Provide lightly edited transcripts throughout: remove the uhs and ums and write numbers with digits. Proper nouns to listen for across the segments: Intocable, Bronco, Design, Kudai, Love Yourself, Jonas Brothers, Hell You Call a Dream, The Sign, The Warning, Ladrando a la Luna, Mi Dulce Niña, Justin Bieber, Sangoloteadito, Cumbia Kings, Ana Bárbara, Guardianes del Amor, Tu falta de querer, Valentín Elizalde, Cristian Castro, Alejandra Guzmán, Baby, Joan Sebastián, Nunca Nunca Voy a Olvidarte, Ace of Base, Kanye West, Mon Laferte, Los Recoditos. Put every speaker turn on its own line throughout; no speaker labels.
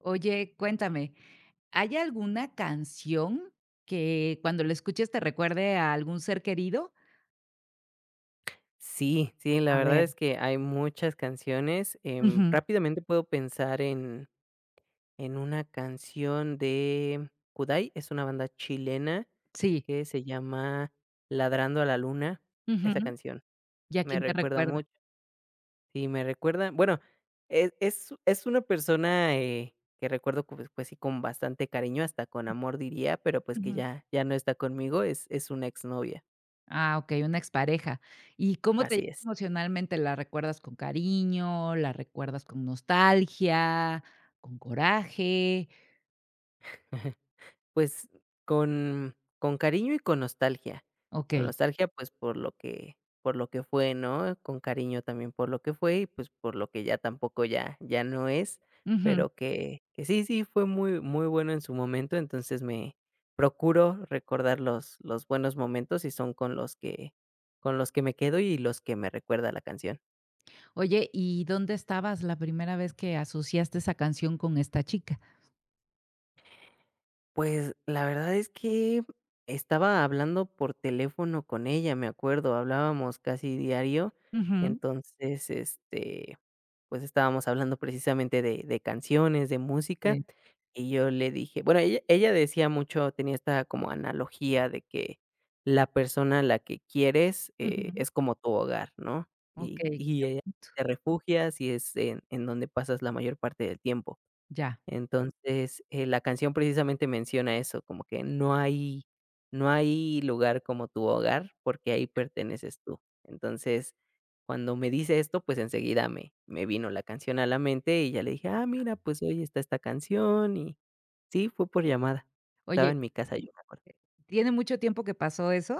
Oye, cuéntame, ¿hay alguna canción que cuando la escuches te recuerde a algún ser querido?
Sí, sí, la
A
verdad
ver,
es que hay muchas canciones,
ujú,
rápidamente puedo pensar en una canción de Kudai, es una banda chilena
sí,
que se llama Ladrando a la Luna. Esa
ujú,
canción
¿y a
me
quién te
recuerda
recuerda?
mucho, sí, me recuerda, bueno, es una persona, que recuerdo que, pues sí, con bastante cariño, hasta con amor diría, pero pues que
Ujú.
ya no está conmigo, es una exnovia,
Ah, okey, una expareja, ¿y cómo te
así
llega
es.
emocionalmente? ¿La recuerdas con cariño, la recuerdas con nostalgia, con coraje?
Pues, con cariño y con nostalgia. Con
Okey,
nostalgia, pues, por lo que fue, ¿no? Con cariño también por lo que fue y, pues, por lo que ya tampoco ya no es,
ujú.
pero que sí, sí, fue muy muy bueno en su momento. Entonces me procuro recordar los buenos momentos y son con los que me quedo y los que me recuerda la canción.
Oye, ¿y dónde estabas la primera vez que asociaste esa canción con esta chica?
Pues, la verdad es que estaba hablando por teléfono con ella, me acuerdo, hablábamos casi diario.
Ujú,
Entonces, pues, estábamos hablando precisamente de canciones, de música,
okey,
y yo le dije bueno, ella decía mucho, tenía esta como analogía de que la persona a la que quieres,
ujú,
es como tu hogar, ¿no? Y
okey,
y, te refugias y es en donde pasas la mayor parte del tiempo.
ya.
Entonces, la canción precisamente menciona eso, como que no hay lugar como tu hogar, porque ahí perteneces tú. Entonces, cuando me dice esto, pues enseguida me vino la canción a la mente y ya le dije: "Ah, mira, pues hoy está esta canción", y sí, fue por llamada. Estaba
Oye,
en mi casa, yo me acuerdo.
¿tiene mucho tiempo que pasó eso?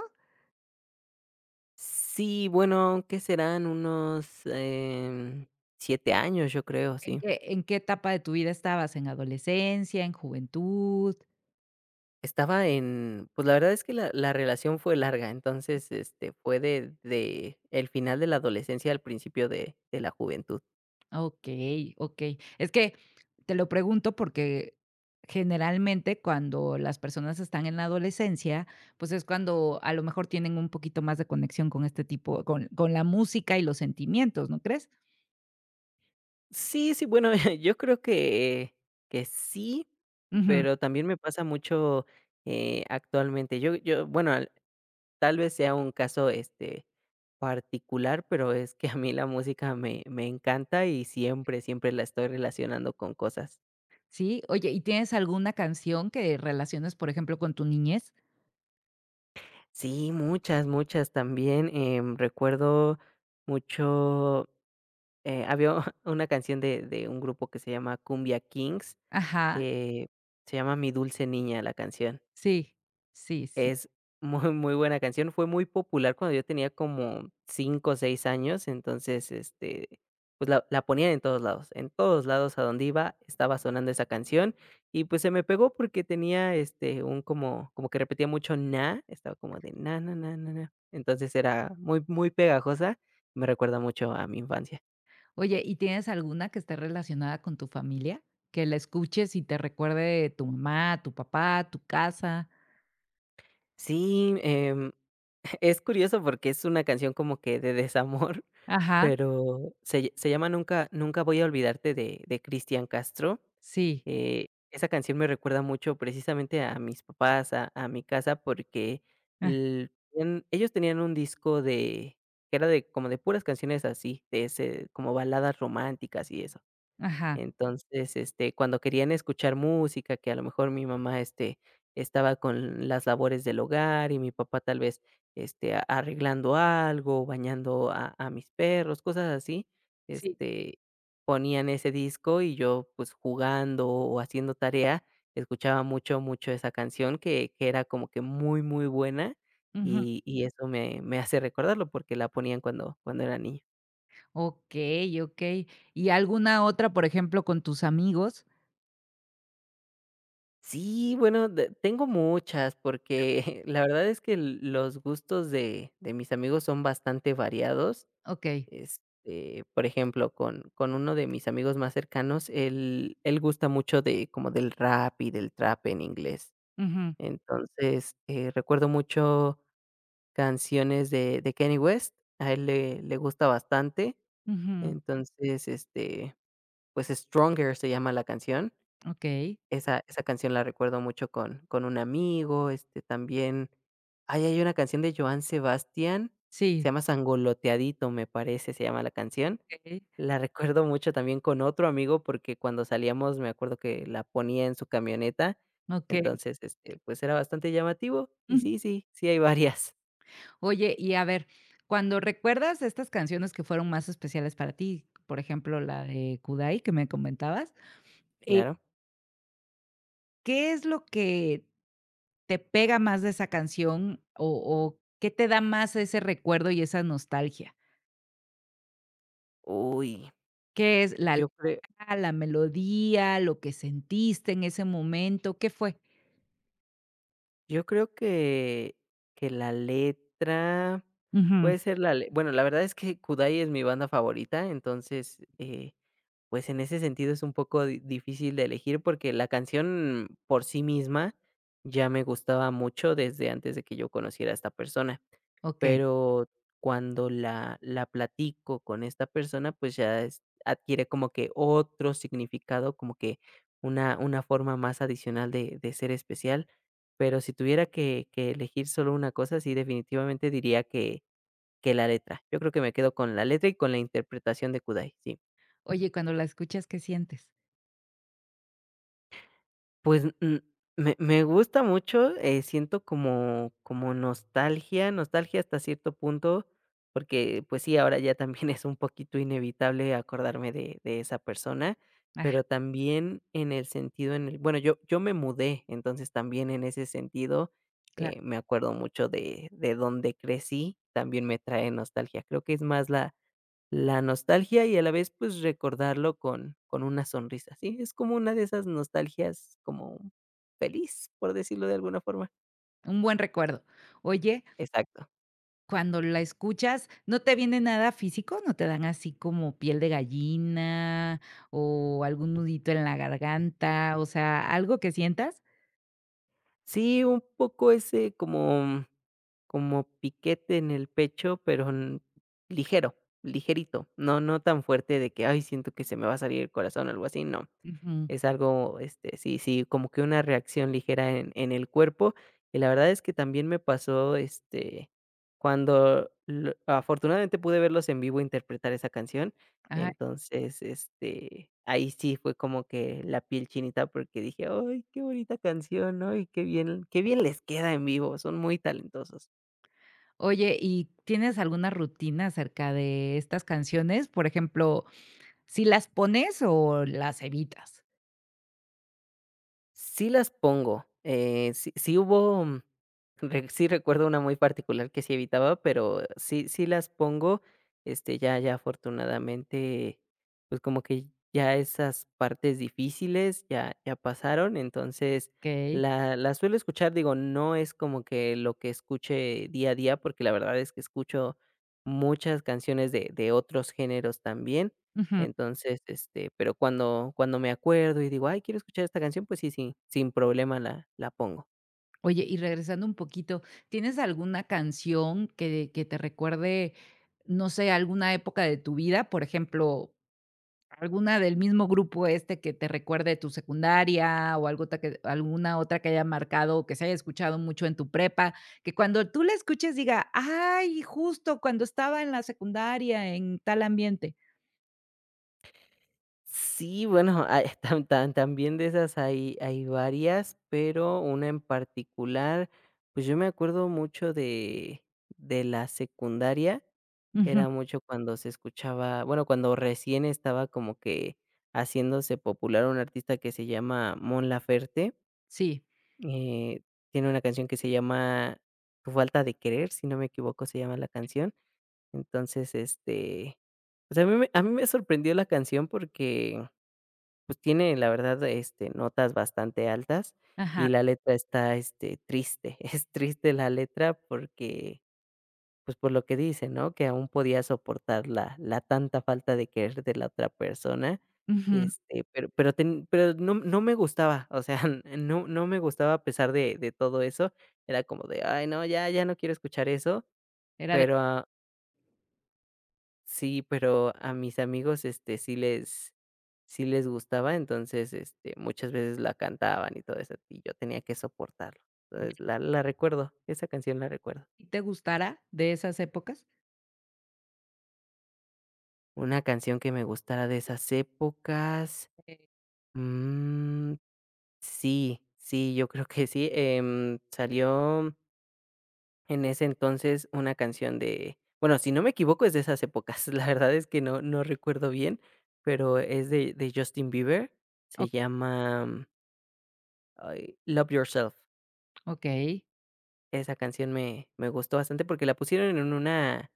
Sí, bueno, ¿qué serán? Unos, 7 años, yo creo, sí.
En qué etapa de tu vida estabas? ¿En adolescencia, en juventud?
Estaba en pues, la verdad es que la relación fue larga. Entonces, fue de el final de la adolescencia al principio de la juventud.
Okey, okey. Es que te lo pregunto porque generalmente cuando las personas están en la adolescencia, pues es cuando a lo mejor tienen un poquito más de conexión con este tipo con la música y los sentimientos, ¿no crees?
Sí, sí, bueno, yo creo que sí,
Ujú.
pero también me pasa mucho, actualmente. Yo, bueno, al tal vez sea un caso, particular, pero es que a mí la música me encanta y siempre, siempre la estoy relacionando con cosas.
Sí, oye, ¿y tienes alguna canción que relaciones, por ejemplo, con tu niñez?
Sí, muchas, muchas también, recuerdo mucho, había una canción de un grupo que se llama Cumbia Kings,
Ajá,
que se llama Mi Dulce Niña la canción.
sí, sí, sí.
Es muy, muy buena canción, fue muy popular cuando yo tenía como 5 o 6 años. Entonces, pues, la ponían en todos lados a donde iba estaba sonando esa canción y, pues, se me pegó porque tenía, un como que repetía mucho na, estaba como de na, na, na, na, na, entonces era muy, muy pegajosa, me recuerda mucho a mi infancia.
Oye, ¿y tienes alguna que esté relacionada con tu familia? Que la escuches y te recuerde tu mamá, tu papá, tu casa.
Sí, es curioso porque es una canción como que de desamor,
Ajá,
pero se llama Nunca Nunca Voy a Olvidarte de Cristian Castro.
sí.
Esa canción me recuerda mucho precisamente a mis papás, a mi casa, porque
Ah,
l en ellos tenían un disco de que era de como de puras canciones así, de ese como baladas románticas y eso.
ajá,
Entonces, cuando querían escuchar música, que a lo mejor mi mamá, estaba con las labores del hogar y mi papá tal vez, a arreglando algo, bañando a mis perros, cosas así,
sí.
este, ponían ese disco y yo, pues, jugando o haciendo tarea, escuchaba mucho, mucho esa canción que era como que muy, muy buena
Ujú.
y eso me hace recordarlo porque la ponían cuando era niña.
Okey, okey. ¿Y alguna otra, por ejemplo, con tus amigos?
Sí, bueno, de tengo muchas, porque la verdad es que los gustos de mis amigos son bastante variados.
Okey.
Por ejemplo, con uno de mis amigos más cercanos, él gusta mucho de como del rap y del trap en inglés.
Ujú,
Entonces, recuerdo mucho canciones de Kanye West, a él le gusta bastante.
ujú.
Entonces, pues, Stronger se llama la canción.
Okey.
Esa canción la recuerdo mucho con un amigo, también, ay, hay una canción de Joan Sebastián, se
Sí,
llama Sangoloteadito, me parece, se llama la canción.
okey,
La recuerdo mucho también con otro amigo, porque cuando salíamos me acuerdo que la ponía en su camioneta.
okey.
Entonces, pues, era bastante llamativo. Y
Mm.
sí, sí, sí hay varias,
Oye, y a ver, cuando recuerdas estas canciones que fueron más especiales para ti, por ejemplo, la de Kudai que me comentabas, eh,
claro.
¿qué es lo que te pega más de esa canción o qué te da más ese recuerdo y esa nostalgia?
Uy,
¿Qué es la
yo cre
letra, la melodía, lo que sentiste en ese momento? ¿Qué fue?
yo creo que la letra
Ujú,
puede ser la le bueno, la verdad es que Kudai es mi banda favorita. Entonces, pues, en ese sentido es un poco di difícil de elegir, porque la canción por sí misma ya me gustaba mucho desde antes de que yo conociera a esta persona,
okey.
pero cuando la platico con esta persona, pues, ya es adquiere como que otro significado, como que una forma más adicional de ser especial. Pero si tuviera que elegir solo una cosa, sí, definitivamente diría que la letra. Yo creo que me quedo con la letra y con la interpretación de Kudai, sí.
Oye, cuando la escuchas, ¿qué sientes?
Pues, me gusta mucho, siento como nostalgia hasta cierto punto, porque, pues sí, ahora ya también es un poquito inevitable acordarme de esa persona,
Ajá,
pero también en el sentido en el bueno, yo me mudé. Entonces también en ese sentido,
claro,
me acuerdo mucho de dónde crecí, también me trae nostalgia. Creo que es más la nostalgia y a la vez, pues, recordarlo con una sonrisa, sí, es como una de esas nostalgias como feliz, por decirlo de alguna forma.
un buen recuerdo. Oye,
Exacto.
cuando la escuchas, ¿no te viene nada físico? ¿No te dan así como piel de gallina o algún nudito en la garganta? O sea, ¿algo que sientas?
Sí, un poco ese como piquete en el pecho, pero n ligero, ligerito, no tan fuerte de que: "Ay, siento que se me va a salir el corazón", o algo así, no.
Ujú.
Es algo, sí, sí, como que una reacción ligera en el cuerpo. Y la verdad es que también me pasó, cuando lo afortunadamente pude verlos en vivo interpretar esa canción. Entonces, ahí sí fue como que la piel chinita porque dije: "Ay, qué bonita canción, ¿no? Y qué bien les queda en vivo, son muy talentosos".
Oye, ¿y tienes alguna rutina acerca de estas canciones? Por ejemplo, ¿si las pones o las evitas?
Sí las pongo, sí sí hubo, re sí recuerdo una muy particular que sí evitaba, pero sí sí las pongo. Ya afortunadamente, pues, como que ya esas partes difíciles ya pasaron. Entonces,
Okey.
la suelo escuchar, digo, no es como que lo que escuche día a día, porque la verdad es que escucho muchas canciones de otros géneros también.
Ujú.
Entonces, pero cuando me acuerdo y digo: "Ay, quiero escuchar esta canción", pues sí, sí, sin problema la pongo.
Oye, y regresando un poquito, ¿tienes alguna canción que te recuerde, no sé, alguna época de tu vida? Por ejemplo, ¿alguna del mismo grupo este que te recuerde tu secundaria o algo ta que alguna otra que haya marcado o que se haya escuchado mucho en tu prepa? Que cuando tú la escuches diga: "Ay, justo cuando estaba en la secundaria en tal ambiente".
Sí, bueno, también de esas hay varias, pero una en particular, pues yo me acuerdo mucho de la secundaria,
Ujú,
era mucho cuando se escuchaba, bueno, cuando recién estaba como que haciéndose popular un artista que se llama Mon Laferte.
sí,
Eh, tiene una canción que se llama Tu falta de querer, si no me equivoco, se llama la canción. Entonces, pues, a mí me sorprendió la canción porque, pues, tiene, la verdad, notas bastante altas
ajá,
y la letra está, triste. Es triste la letra porque pues, por lo que dice, ¿no? Que aún podía soportar la tanta falta de querer de la otra persona.
ujú.
Pero no me gustaba, o sea, no me gustaba a pesar de todo eso, era como de: "Ay, no, ya no quiero escuchar eso",
Era de
pero a sí, pero a mis amigos, sí les gustaba. Entonces, muchas veces la cantaban y todo eso, y yo tenía que soportarlo. Entonces, la recuerdo, esa canción la recuerdo.
¿Y te gustará de esas épocas?
Una canción que me gustara de esas épocas.
Eh,
Mm, sí, sí, yo creo que sí, salió en ese entonces una canción de bueno, si no me equivoco, es de esas épocas, la verdad es que no recuerdo bien, pero es de Justin Bieber,
o
se llama, ay, Love Yourself.
okey,
Esa canción me gustó bastante porque la pusieron en una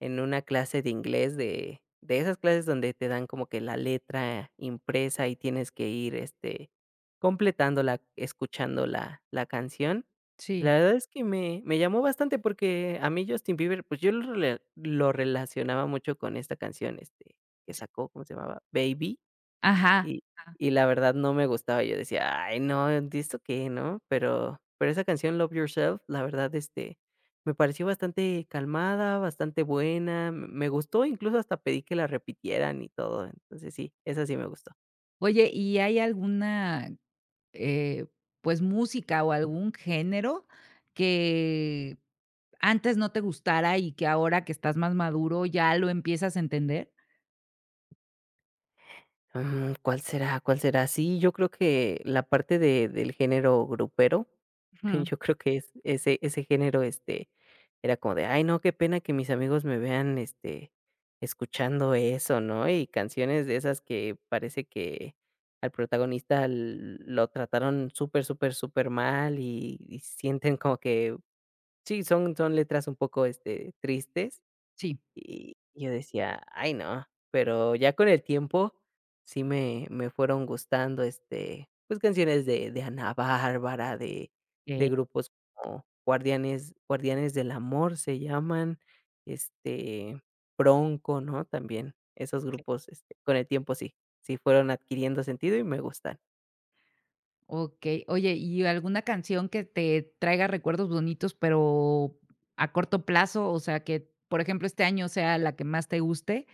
clase de inglés de esas clases donde te dan como que la letra impresa y tienes que ir, completándola, escuchando la canción. La
sí,
verdad es que me llamó bastante porque a mí Justin Bieber, pues, yo lo relacionaba mucho con esta canción, que
sí.
sacó, ¿cómo se llamaba? Baby.
Ajá,
Y
ajá.
y la verdad no me gustaba, yo decía: "Ay no, ¿de esto qué?", ¿no? Pero esa canción Love Yourself, la verdad, me pareció bastante calmada, bastante buena, me gustó, incluso hasta pedí que la repitieran y todo, entonces sí, esa sí me gustó.
Oye, ¿y hay alguna eh, pues, música o algún género que antes no te gustara y que ahora que estás más maduro ya lo empiezas a entender?
¿Cuál será? ¿Cuál será? Sí, yo creo que la parte de del género grupero,
Ujú,
yo creo que es ese género. Era como de: "Ay, no, qué pena que mis amigos me vean, escuchando eso", ¿no? Y canciones de esas que parece que al protagonista l lo trataron súper, súper, supermal y sienten como que sí, son letras un poco, tristes,
sí.
y yo decía: "Ay, no". Pero ya con el tiempo sí me fueron gustando. Pues, canciones de Ana Bárbara, de
Okey,
grupos como Guardianes del Amor se llaman, este, Bronco, ¿no? También esos grupos, con el tiempo sí fueron adquiriendo sentido y me gustan.
okey. Oye, ¿y alguna canción que te traiga recuerdos bonitos, pero a corto plazo? O sea, que, por ejemplo, este año sea la que más te guste.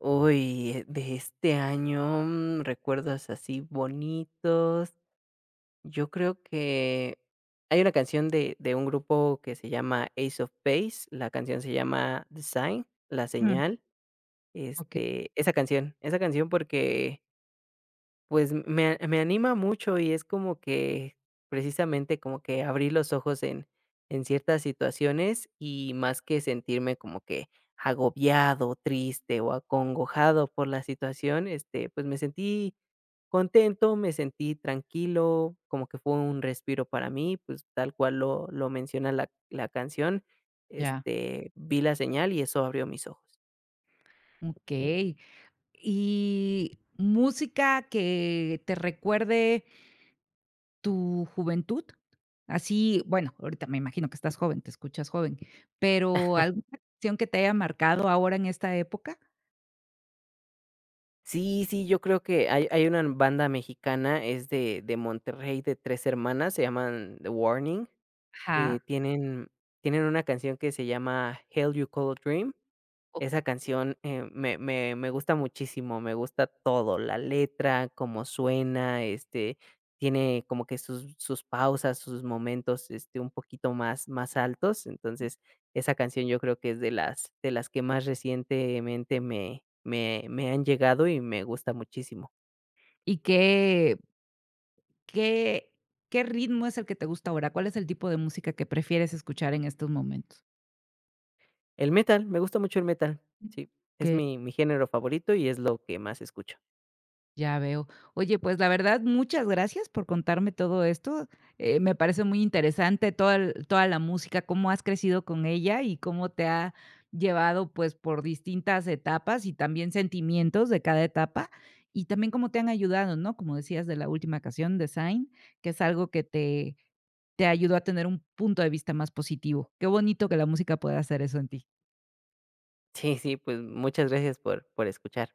Uy, de este año, recuerdos así bonitos. Yo creo que hay una canción de un grupo que se llama Ace of Base, la canción se llama The Sign, La
Ujú,
Señal.
okey,
Esa canción, porque pues me anima mucho y es como que precisamente como que abrí los ojos en ciertas situaciones y más que sentirme como que agobiado, triste o acongojado por la situación. Pues me sentí contento, me sentí tranquilo, como que fue un respiro para mí, pues tal cual lo menciona la canción.
ya.
Vi la señal y eso abrió mis ojos.
Okey. Y música que te recuerde tu juventud, así, bueno, ahorita me imagino que estás joven, te escuchas joven, pero, ¿alguna canción que te haya marcado ahora en esta época?
Sí, sí, yo creo que hay una banda mexicana, es de Monterrey, de 3 hermanas, se llaman The Warning. Eh,
Ajá,
tienen tienen una canción que se llama Hell You Call a Dream.
ok
Esa canción, me gusta muchísimo, me gusta todo, la letra, cómo suena. Tiene como que sus pausas, sus momentos, un poquito más altos. Entonces, esa canción yo creo que es de las que más recientemente me han llegado y me gusta muchísimo.
¿Y qué qué qué ritmo es el que te gusta ahora? ¿Cuál es el tipo de música que prefieres escuchar en estos momentos?
El metal, me gusta mucho el metal.
Mm.
Sí, es mi género favorito y es lo que más escucho.
Ya veo. Oye, pues la verdad, muchas gracias por contarme todo esto. Me parece muy interesante toda, el- toda la música, cómo has crecido con ella y cómo te ha llevado pues por distintas etapas y también sentimientos de cada etapa y también cómo te han ayudado, ¿no? Como decías de la última canción, Design, que es algo que te ayudó a tener un punto de vista más positivo. Qué bonito que la música pueda hacer eso en ti.
Sí, sí, pues muchas gracias por escuchar.